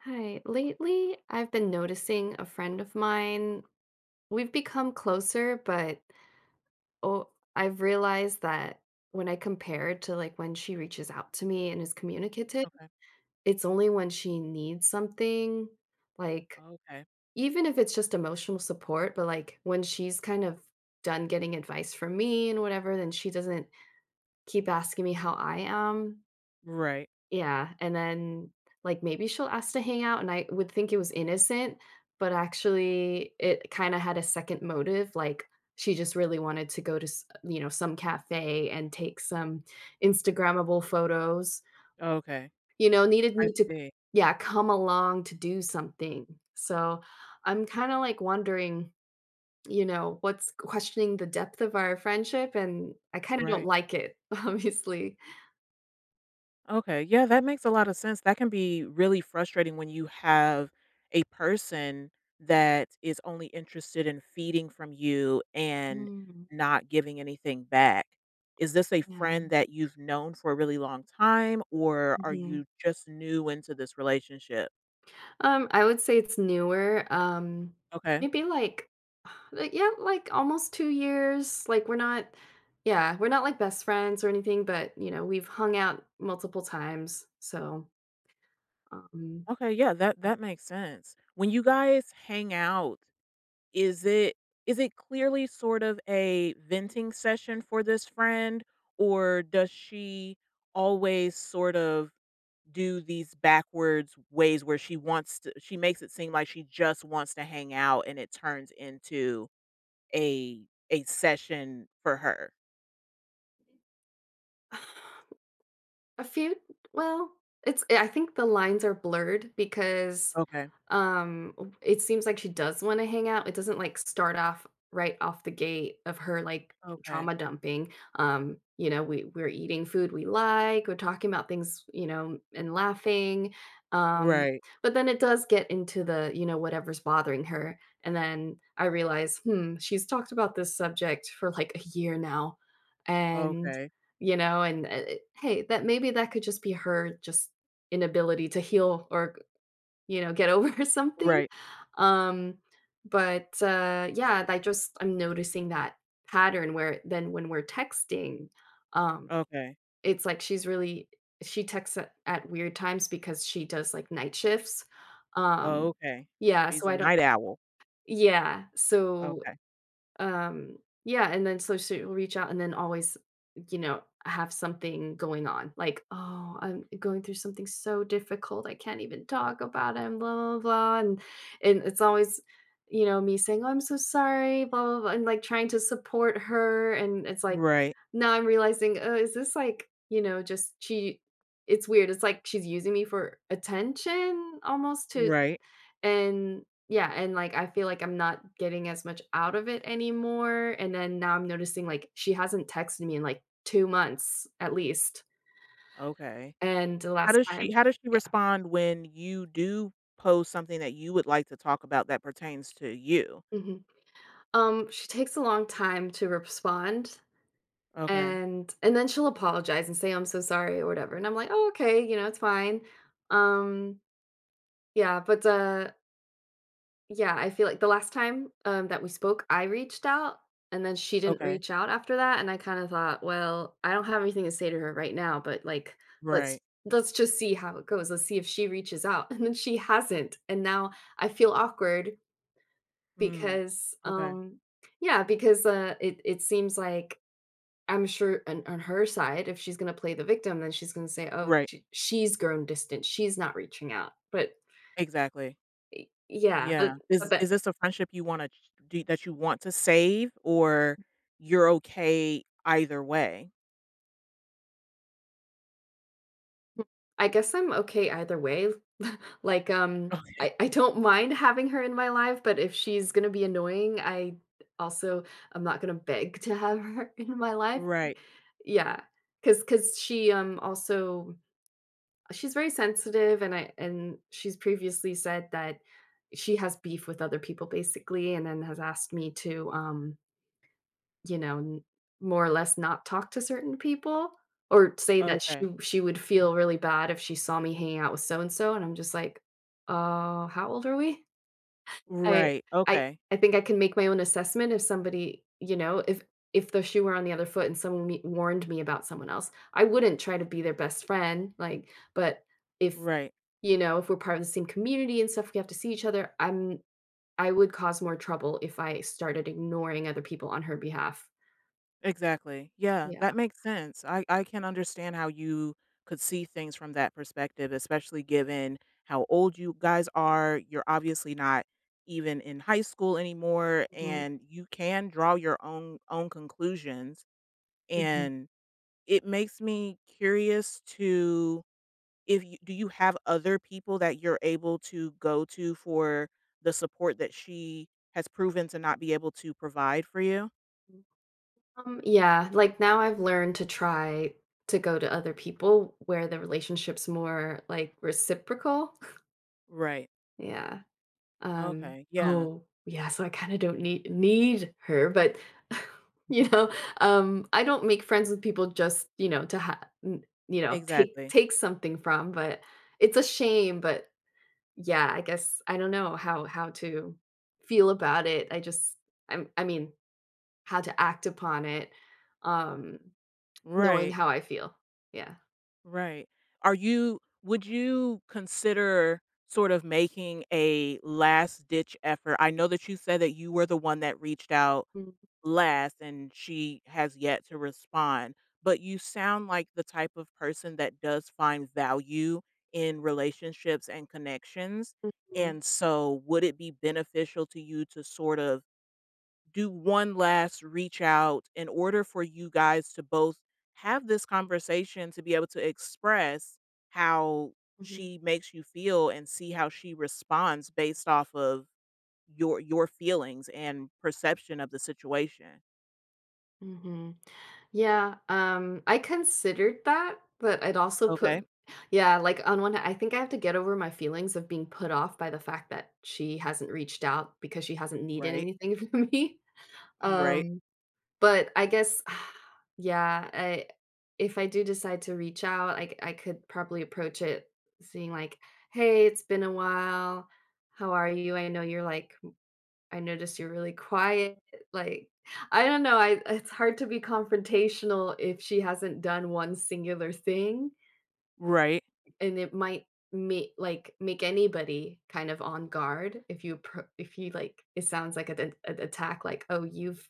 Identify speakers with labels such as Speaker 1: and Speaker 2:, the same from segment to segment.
Speaker 1: Hi. Lately, I've been noticing a friend of mine. We've become closer, but oh, I've realized that when I compare it to, like, when she reaches out to me and is communicative,
Speaker 2: Okay.
Speaker 1: it's only when she needs something. Like,
Speaker 2: Okay.
Speaker 1: even if it's just emotional support, but like when she's kind of done getting advice from me and whatever, then she doesn't keep asking me how I am.
Speaker 2: Right.
Speaker 1: Yeah, and then, like, maybe she'll ask to hang out, and I would think it was innocent, but actually it kinda had a second motive, like, she just really wanted to go to s you know, some cafe and take some Instagrammable photos,
Speaker 2: Okay.
Speaker 1: you know, needed
Speaker 2: I
Speaker 1: me to...
Speaker 2: see.
Speaker 1: Yeah, come along to do something. So, I'm kinda, like, wondering, you know, what's questioning the depth of our friendship, and I kinda don't
Speaker 2: Right.
Speaker 1: like it, obviously.
Speaker 2: Okay. Yeah, that makes a lot of sense. That can be really frustrating when you have a person that is only interested in feeding from you and
Speaker 1: Mm.
Speaker 2: not giving anything back. Is this a
Speaker 1: Yeah.
Speaker 2: friend that you've known for a really long time, or are
Speaker 1: Mhm.
Speaker 2: you just new into this relationship?
Speaker 1: I would say it's newer.
Speaker 2: Okay.
Speaker 1: Maybe like, like, yeah, like almost 2 years. Like we're not, yeah, we're not like best friends or anything, but you know, we've hung out multiple times. So, um,
Speaker 2: Okay, yeah, that makes sense. When you guys hang out, is it, is it clearly sort of a venting session for this friend, or does she always sort of do these backwards ways where she wants to she makes it seem like she just wants to hang out, and it turns into a session for her?
Speaker 1: A few, well, it's I think the lines are blurred because
Speaker 2: Okay.
Speaker 1: it seems like she does wanna hang out. It doesn't, like, start off right off the gate of her, like,
Speaker 2: Okay.
Speaker 1: trauma dumping. You know, we're eating food we like, we're talking about things, you know, and laughing, um,
Speaker 2: Right.
Speaker 1: but then it does get into the, you know, whatever's bothering her, and then I realize, "Hmm, she's talked about this subject for, like, a year now," and,
Speaker 2: Okay.
Speaker 1: you know, hey, that maybe that could just be her just inability to heal or, you know, get over something.
Speaker 2: Right.
Speaker 1: Um, but yeah, I just, I'm noticing that pattern where then when we're texting, um,
Speaker 2: Okay.
Speaker 1: it's like she's really, she texts at weird times because she does like night shifts. Um,
Speaker 2: Okay.
Speaker 1: yeah,
Speaker 2: She's
Speaker 1: so
Speaker 2: a
Speaker 1: I don't.
Speaker 2: night owl.
Speaker 1: Yeah, so
Speaker 2: Okay.
Speaker 1: um, yeah, and then so she'll reach out and then always, you know, have something going on. Like, "Oh, I'm going through something so difficult. I can't even talk about it, and blah blah blah." And it's always, you know, me saying, "Oh, I'm so sorry, blah blah blah," and like trying to support her. And it's like
Speaker 2: Right.
Speaker 1: now I'm realizing, oh, is this like, you know, just she, it's weird. It's like she's using me for attention almost to...
Speaker 2: Right.
Speaker 1: and yeah, and, like, I feel like I'm not getting as much out of it anymore, and then now I'm noticing, like, she hasn't texted me in, like, 2 months at least,
Speaker 2: Okay.
Speaker 1: and the last time...
Speaker 2: How does she
Speaker 1: yeah,
Speaker 2: respond when you do post something that you would like to talk about that pertains to you?
Speaker 1: mhm. She takes a long time to respond,
Speaker 2: Okay,
Speaker 1: and then she'll apologize and say, "I'm so sorry," or whatever, and I'm like, "Oh, okay, you know, it's fine." Um, yeah, but, yeah, I feel like the last time, that we spoke, I reached out, and then she didn't
Speaker 2: okay,
Speaker 1: reach out after that, and I kinda thought, "Well, I don't have anything to say to her right now, but, like, let's
Speaker 2: right.
Speaker 1: let's just see how it goes. Let's see if she reaches out." And then she hasn't, and now I feel awkward
Speaker 2: Mm,
Speaker 1: because,
Speaker 2: okay,
Speaker 1: yeah, because, it seems like I'm sure on her side, if she's gonna play the victim, then she's gonna say, "Oh,
Speaker 2: right,
Speaker 1: she's grown distant. She's not reaching out." But,
Speaker 2: exactly.
Speaker 1: y yeah,
Speaker 2: Yeah. Is
Speaker 1: but
Speaker 2: is this a friendship you wanna do that you want to save, or you're okay either way?
Speaker 1: I guess I'm okay either way. Like,
Speaker 2: Okay.
Speaker 1: I don't mind having her in my life, but if she's gonna be annoying, I also, I'm not gonna beg to have her in my life.
Speaker 2: Right,
Speaker 1: Yeah. Cause she, um, also she's very sensitive, and she's previously said that she has beef with other people basically and then has asked me to, you know, n more or less not talk to certain people or say that she
Speaker 2: okay,
Speaker 1: she would feel really bad if she saw me hanging out with so and so, and I'm just like, how old are we?" I
Speaker 2: right,
Speaker 1: I
Speaker 2: okay,
Speaker 1: I think I can make my own assessment if somebody, you know, if the shoe were on the other foot and someone me warned me about someone else, I wouldn't try to be their best friend, like, but if,
Speaker 2: right.
Speaker 1: you know, if we're part of the same community and stuff, we have to see each other, I would cause more trouble if I started ignoring other people on her behalf.
Speaker 2: Exactly. Yeah,
Speaker 1: Yeah.
Speaker 2: that makes sense. I can understand how you could see things from that perspective, especially given how old you guys are. You're obviously not even in high school anymore,
Speaker 1: Mhm.
Speaker 2: and you can draw your own conclusions.
Speaker 1: Mhm.
Speaker 2: And it makes me curious to, if you, do you have other people that you're able to go to for the support that she has proven to not be able to provide for you?
Speaker 1: Yeah, like now I've learned to try to go to other people where the relationship's more like reciprocal.
Speaker 2: Right.
Speaker 1: Yeah. Um,
Speaker 2: Okay, yeah.
Speaker 1: oh, yeah, so I kind of don't need her, but you know, I don't make friends with people just, you know, to have, you know, take
Speaker 2: Exactly.
Speaker 1: take something from, but it's a shame, but yeah, I guess I don't know how to feel about it. I just I'm I mean, how to act upon it, um, knowing
Speaker 2: Right,
Speaker 1: how I feel. Yeah.
Speaker 2: right. Are you, would you consider sort of making a last ditch effort? I know that you said that you were the one that reached out last and she has yet to respond, but you sound like the type of person that does find value in relationships and connections.
Speaker 1: Mhm,
Speaker 2: And so would it be beneficial to you to sort of do one last reach out in order for you guys to both have this conversation, to be able to express how
Speaker 1: mhm,
Speaker 2: she makes you feel and see how she responds based off of your feelings and perception of the situation?
Speaker 1: mhm. Yeah, I considered that, but I'd also
Speaker 2: Okay.
Speaker 1: put... yeah, like, on one hand, I think I have to get over my feelings of being put off by the fact that she hasn't reached out because she hasn't needed
Speaker 2: Right.
Speaker 1: anything from me.
Speaker 2: Right.
Speaker 1: Um But I guess yeah, I if I do decide to reach out, I could probably approach it seeing like, "Hey, it's been a while. How are you? I know you're like, I noticed you're really quiet." Like, I don't know, I it's hard to be confrontational if she hasn't done one singular thing,
Speaker 2: Right.
Speaker 1: and it might make, like, make anybody kind of on guard if you like it sounds like an attack like, "Oh, you've...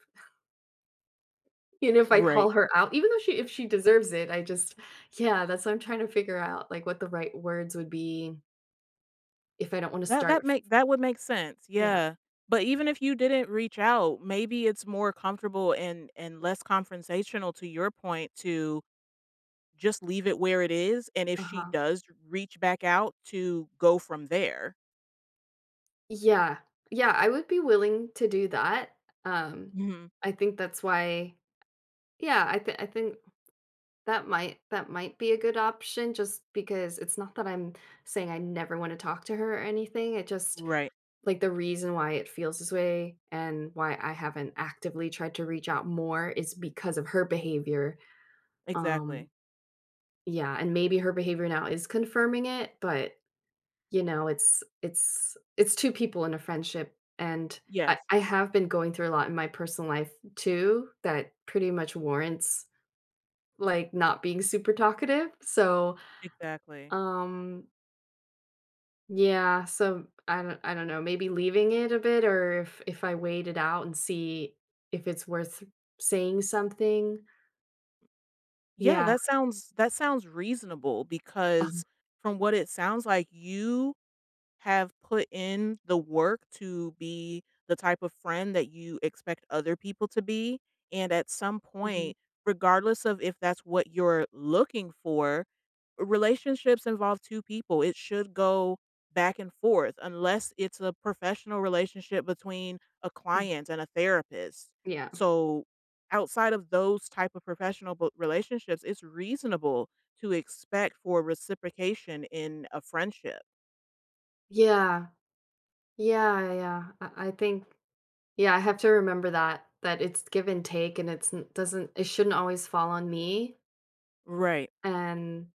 Speaker 1: You know, if I
Speaker 2: Right.
Speaker 1: call her out, even though she if she deserves it, I just yeah, that's what I'm trying to figure out, like, what the right words would be if I don't wanna start a f
Speaker 2: That would make sense.
Speaker 1: yeah,
Speaker 2: Yeah. But even if you didn't reach out, maybe it's more comfortable and less confrontational, to your point, to just leave it where it is, and if she
Speaker 1: uh-huh.
Speaker 2: does reach back out, to go from there.
Speaker 1: Yeah, yeah, I would be willing to do that, um,
Speaker 2: Mhm.
Speaker 1: I think that's why, yeah, I think that might, that might be a good option just because it's not that I'm saying I never wanna talk to her or anything, it just,
Speaker 2: Right.
Speaker 1: like, the reason why it feels this way and why I haven't actively tried to reach out more is because of her behavior. Um,
Speaker 2: Exactly.
Speaker 1: yeah, and maybe her behavior now is confirming it, but, you know, it's 2 people in a friendship, and I
Speaker 2: Yes.
Speaker 1: I have been going through a lot in my personal life too that pretty much warrants, like, not being super talkative, so,
Speaker 2: Exactly.
Speaker 1: um, yeah, so I don't know, maybe leaving it a bit or if I wait it out and see if it's worth saying something.
Speaker 2: Yeah,
Speaker 1: Yeah.
Speaker 2: that sounds reasonable because
Speaker 1: uh
Speaker 2: from what it sounds like, you have put in the work to be the type of friend that you expect other people to be. And at some
Speaker 1: mhm,
Speaker 2: point, regardless of if that's what you're looking for, relationships involve two people. It should go back and forth, unless it's a professional relationship between a
Speaker 1: mm,
Speaker 2: client and a therapist.
Speaker 1: yeah.
Speaker 2: So, outside of those type of professional bo- relationships, it's reasonable to expect for reciprocation in a friendship.
Speaker 1: Yeah. Yeah, yeah, yeah. I think yeah, I have to remember that that it's give and take and it's n- doesn't it shouldn't always fall on me.
Speaker 2: Right.
Speaker 1: And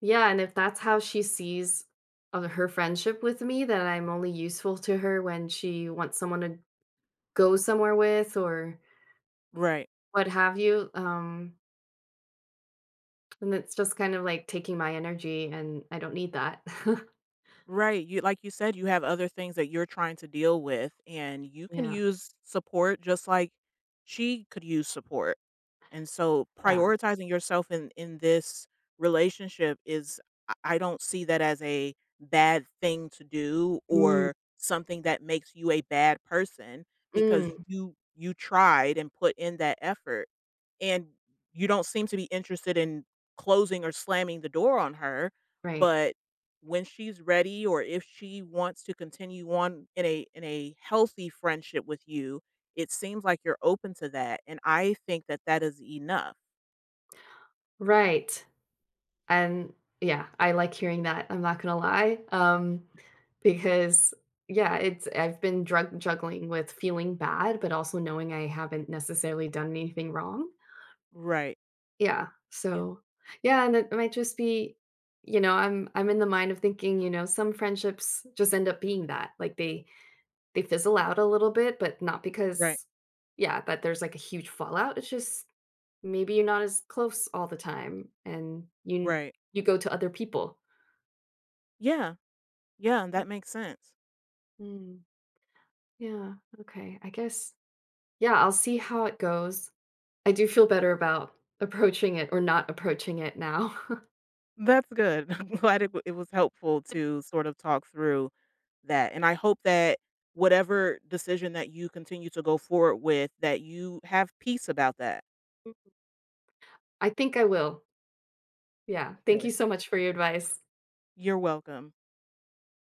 Speaker 1: yeah, and if that's how she sees of her friendship with me, that I'm only useful to her when she wants someone to go somewhere with or
Speaker 2: Right.
Speaker 1: what have you. And it's just kind of like taking my energy and I don't need that.
Speaker 2: Right. You, like you said, you have other things that you're trying to deal with, and you can
Speaker 1: yeah.
Speaker 2: use support just like she could use support. And so
Speaker 1: Yeah.
Speaker 2: prioritizing yourself in this relationship is, I don't see that as a bad thing to do
Speaker 1: Mm,
Speaker 2: or something that makes you a bad person, because
Speaker 1: mm,
Speaker 2: you tried and put in that effort, and you don't seem to be interested in closing or slamming the door on her,
Speaker 1: right.
Speaker 2: but when she's ready or if she wants to continue on in a healthy friendship with you, it seems like you're open to that, and I think that that is enough.
Speaker 1: Right. And yeah, I like hearing that. I'm not gonna lie, because yeah, it's, I've been drug juggling with feeling bad, but also knowing I haven't necessarily done anything wrong.
Speaker 2: Right.
Speaker 1: Yeah,
Speaker 2: Yeah.
Speaker 1: so yeah, and it might just be, you know, I'm in the mind of thinking, you know, some friendships just end up being that, like they fizzle out a little bit, but not
Speaker 2: Right.
Speaker 1: because, yeah, that there's like a huge fallout. It's just maybe you're not as close all the time, and you
Speaker 2: Right.
Speaker 1: you go to other people.
Speaker 2: Yeah. Yeah, and that makes sense.
Speaker 1: Mm, yeah, okay. I guess, yeah, I'll see how it goes. I do feel better about approaching it or not approaching it now.
Speaker 2: That's good. I'm glad it was helpful to sort of talk through that, and I hope that whatever decision that you continue to go forward with, that you have peace about that.
Speaker 1: I think I will. Yeah. Thank you
Speaker 2: Good.
Speaker 1: so much for your advice.
Speaker 2: You're welcome.